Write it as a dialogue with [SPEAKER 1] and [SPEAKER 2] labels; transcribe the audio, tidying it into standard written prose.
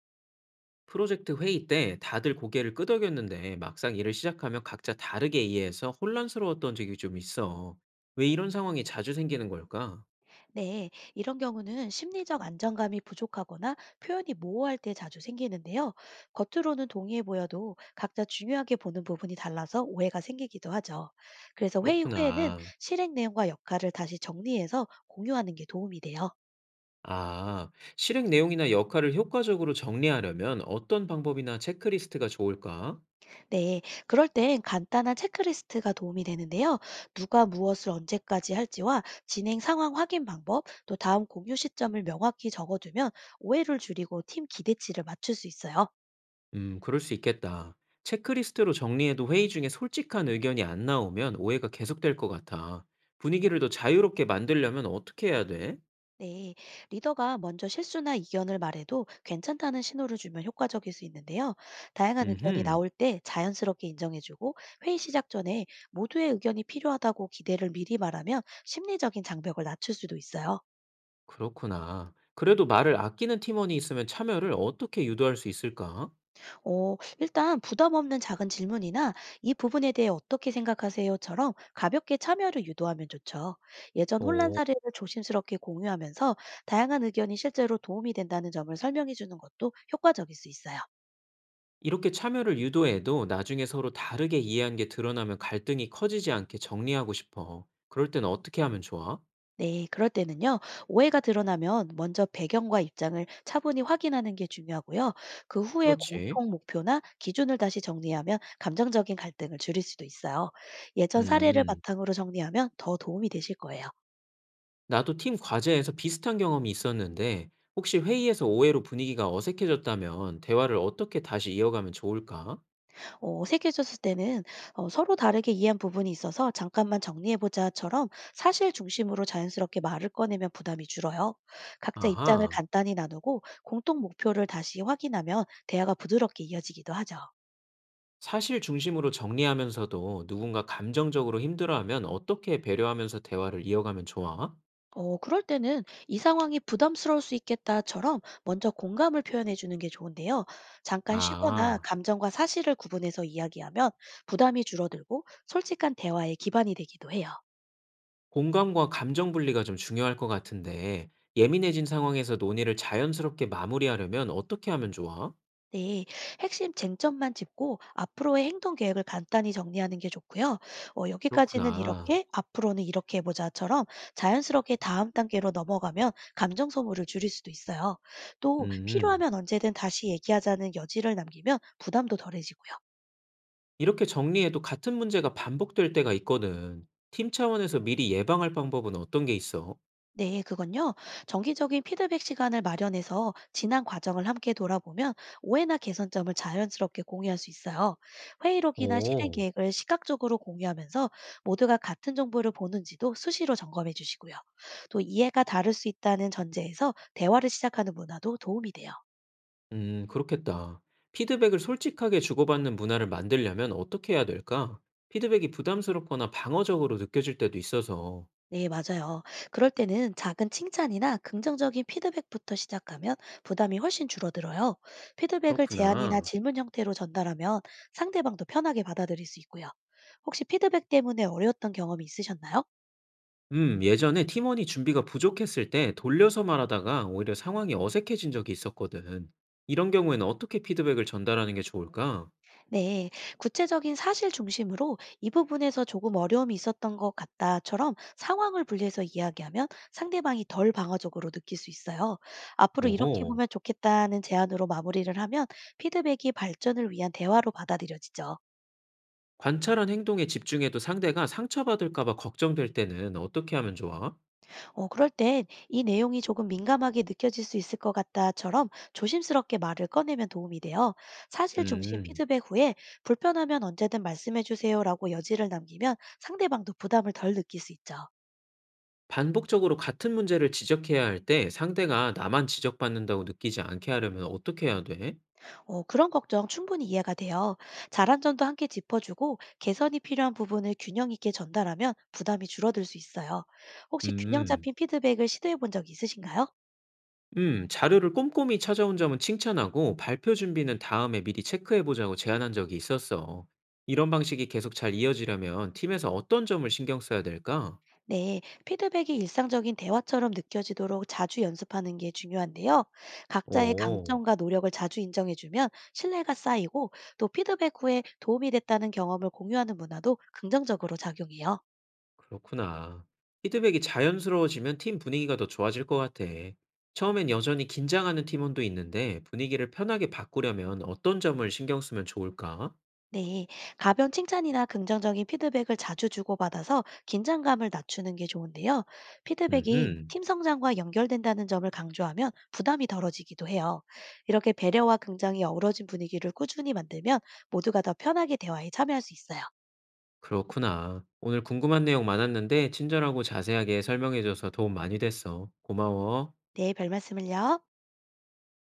[SPEAKER 1] 프로젝트 회의 때 다들 고개를 끄덕였는데 막상 일을 시작하면 각자 다르게 이해해서 혼란스러웠던 적이 좀 있어. 왜 이런 상황이 자주 생기는 걸까?
[SPEAKER 2] 네, 이런 경우는 심리적 안정감이 부족하거나 표현이 모호할 때 자주 생기는데요. 겉으로는 동의해 보여도 각자 중요하게 보는 부분이 달라서 오해가 생기기도 하죠. 그래서 회의 후에는
[SPEAKER 1] 그렇구나.
[SPEAKER 2] 실행 내용과 역할을 다시 정리해서 공유하는 게 도움이 돼요.
[SPEAKER 1] 아, 실행 내용이나 역할을 효과적으로 정리하려면 어떤 방법이나 체크리스트가 좋을까?
[SPEAKER 2] 네, 그럴 땐 간단한 체크리스트가 도움이 되는데요. 누가 무엇을 언제까지 할지와 진행 상황 확인 방법, 또 다음 공유 시점을 명확히 적어두면 오해를 줄이고 팀 기대치를 맞출 수 있어요.
[SPEAKER 1] 그럴 수 있겠다. 체크리스트로 정리해도 회의 중에 솔직한 의견이 안 나오면 오해가 계속될 것 같아. 분위기를 더 자유롭게 만들려면 어떻게 해야 돼?
[SPEAKER 2] 네, 리더가 먼저 실수나 이견을 말해도 괜찮다는 신호를 주면 효과적일 수 있는데요. 다양한 의견이
[SPEAKER 1] 음흠.
[SPEAKER 2] 나올 때 자연스럽게 인정해주고 회의 시작 전에 모두의 의견이 필요하다고 기대를 미리 말하면 심리적인 장벽을 낮출 수도 있어요.
[SPEAKER 1] 그렇구나. 그래도 말을 아끼는 팀원이 있으면 참여를 어떻게 유도할 수 있을까?
[SPEAKER 2] 일단 부담 없는 작은 질문이나 이 부분에 대해 어떻게 생각하세요?처럼 가볍게 참여를 유도하면 좋죠. 예전 혼란
[SPEAKER 1] 어,
[SPEAKER 2] 사례를 조심스럽게 공유하면서 다양한 의견이 실제로 도움이 된다는 점을 설명해주는 것도 효과적일 수 있어요.
[SPEAKER 1] 이렇게 참여를 유도해도 나중에 서로 다르게 이해한 게 드러나면 갈등이 커지지 않게 정리하고 싶어. 그럴 땐 어떻게 하면 좋아?
[SPEAKER 2] 네, 그럴 때는요, 오해가 드러나면 먼저 배경과 입장을 차분히 확인하는 게 중요하고요. 그 후에
[SPEAKER 1] 그렇지.
[SPEAKER 2] 공통 목표나 기준을 다시 정리하면 감정적인 갈등을 줄일 수도 있어요. 예전 사례를
[SPEAKER 1] 음,
[SPEAKER 2] 바탕으로 정리하면 더 도움이 되실 거예요.
[SPEAKER 1] 나도 팀 과제에서 비슷한 경험이 있었는데, 혹시 회의에서 오해로 분위기가 어색해졌다면 대화를 어떻게 다시 이어가면 좋을까?
[SPEAKER 2] 세계적으 때는 서로 다르게 이해한 부분이 있어서 잠깐만 정리해보자처럼 사실 중심으로 자연스럽게 말을 꺼내면 부담이 줄어요. 각자 입장을
[SPEAKER 1] 아하.
[SPEAKER 2] 간단히 나누고 공통 목표를 다시 확인하면 대화가 부드럽게 이어지기도 하죠.
[SPEAKER 1] 사실 중심으로 정리하면서도 누군가 감정적으로 힘들어하면 어떻게 배려하면서 대화를 이어가면 좋아?
[SPEAKER 2] 그럴 때는 이 상황이 부담스러울 수 있겠다처럼 먼저 공감을 표현해 주는 게 좋은데요. 잠깐 쉬거나
[SPEAKER 1] 아,
[SPEAKER 2] 감정과 사실을 구분해서 이야기하면 부담이 줄어들고 솔직한 대화의 기반이 되기도 해요.
[SPEAKER 1] 공감과 감정 분리가 좀 중요할 것 같은데, 예민해진 상황에서 논의를 자연스럽게 마무리하려면 어떻게 하면 좋아?
[SPEAKER 2] 네, 핵심 쟁점만 짚고 앞으로의 행동 계획을 간단히 정리하는 게 좋고요. 여기까지는
[SPEAKER 1] 그렇구나.
[SPEAKER 2] 이렇게, 앞으로는 이렇게 해보자처럼 자연스럽게 다음 단계로 넘어가면 감정 소모를 줄일 수도 있어요. 또
[SPEAKER 1] 음,
[SPEAKER 2] 필요하면 언제든 다시 얘기하자는 여지를 남기면 부담도 덜해지고요.
[SPEAKER 1] 이렇게 정리해도 같은 문제가 반복될 때가 있거든. 팀 차원에서 미리 예방할 방법은 어떤 게 있어?
[SPEAKER 2] 네, 그건요. 정기적인 피드백 시간을 마련해서 지난 과정을 함께 돌아보면 오해나 개선점을 자연스럽게 공유할 수 있어요. 회의록이나 실행
[SPEAKER 1] 오.
[SPEAKER 2] 계획을 시각적으로 공유하면서 모두가 같은 정보를 보는지도 수시로 점검해 주시고요. 또 이해가 다를 수 있다는 전제에서 대화를 시작하는 문화도 도움이 돼요.
[SPEAKER 1] 그렇겠다. 피드백을 솔직하게 주고받는 문화를 만들려면 어떻게 해야 될까? 피드백이 부담스럽거나 방어적으로 느껴질 때도 있어서.
[SPEAKER 2] 네, 맞아요. 그럴 때는 작은 칭찬이나 긍정적인 피드백부터 시작하면 부담이 훨씬 줄어들어요. 피드백을 제안이나
[SPEAKER 1] 그렇구나.
[SPEAKER 2] 질문 형태로 전달하면 상대방도 편하게 받아들일 수 있고요. 혹시 피드백 때문에 어려웠던 경험이 있으셨나요?
[SPEAKER 1] 예전에 팀원이 준비가 부족했을 때 돌려서 말하다가 오히려 상황이 어색해진 적이 있었거든. 이런 경우에는 어떻게 피드백을 전달하는 게 좋을까?
[SPEAKER 2] 네, 구체적인 사실 중심으로 이 부분에서 조금 어려움이 있었던 것 같다처럼 상황을 분리해서 이야기하면 상대방이 덜 방어적으로 느낄 수 있어요. 앞으로 이렇게
[SPEAKER 1] 오호.
[SPEAKER 2] 보면 좋겠다는 제안으로 마무리를 하면 피드백이 발전을 위한 대화로 받아들여지죠.
[SPEAKER 1] 관찰한 행동에 집중해도 상대가 상처받을까 봐 걱정될 때는 어떻게 하면 좋아?
[SPEAKER 2] 그럴 땐 이 내용이 조금 민감하게 느껴질 수 있을 것 같다처럼 조심스럽게 말을 꺼내면 도움이 돼요. 사실 중심
[SPEAKER 1] 음.
[SPEAKER 2] 피드백 후에 불편하면 언제든 말씀해 주세요라고 여지를 남기면 상대방도 부담을 덜 느낄 수 있죠.
[SPEAKER 1] 반복적으로 같은 문제를 지적해야 할 때 상대가 나만 지적받는다고 느끼지 않게 하려면 어떻게 해야 돼?
[SPEAKER 2] 그런 걱정 충분히 이해가 돼요. 잘한 점도 함께 짚어주고 개선이 필요한 부분을 균형 있게 전달하면 부담이 줄어들 수 있어요. 혹시 균형
[SPEAKER 1] 음.
[SPEAKER 2] 잡힌 피드백을 시도해 본 적 있으신가요?
[SPEAKER 1] 자료를 꼼꼼히 찾아온 점은 칭찬하고 발표 준비는 다음에 미리 체크해 보자고 제안한 적이 있었어. 이런 방식이 계속 잘 이어지려면 팀에서 어떤 점을 신경 써야 될까?
[SPEAKER 2] 네, 피드백이 일상적인 대화처럼 느껴지도록 자주 연습하는 게 중요한데요. 각자의
[SPEAKER 1] 오,
[SPEAKER 2] 강점과 노력을 자주 인정해주면 신뢰가 쌓이고 또 피드백 후에 도움이 됐다는 경험을 공유하는 문화도 긍정적으로 작용해요.
[SPEAKER 1] 그렇구나. 피드백이 자연스러워지면 팀 분위기가 더 좋아질 것 같아. 처음엔 여전히 긴장하는 팀원도 있는데 분위기를 편하게 바꾸려면 어떤 점을 신경 쓰면 좋을까?
[SPEAKER 2] 네, 가벼운 칭찬이나 긍정적인 피드백을 자주 주고받아서 긴장감을 낮추는 게 좋은데요. 피드백이
[SPEAKER 1] 음,
[SPEAKER 2] 팀 성장과 연결된다는 점을 강조하면 부담이 덜어지기도 해요. 이렇게 배려와 긍정이 어우러진 분위기를 꾸준히 만들면 모두가 더 편하게 대화에 참여할 수 있어요.
[SPEAKER 1] 그렇구나. 오늘 궁금한 내용 많았는데 친절하고 자세하게 설명해줘서 도움 많이 됐어. 고마워.
[SPEAKER 2] 네, 별 말씀을요.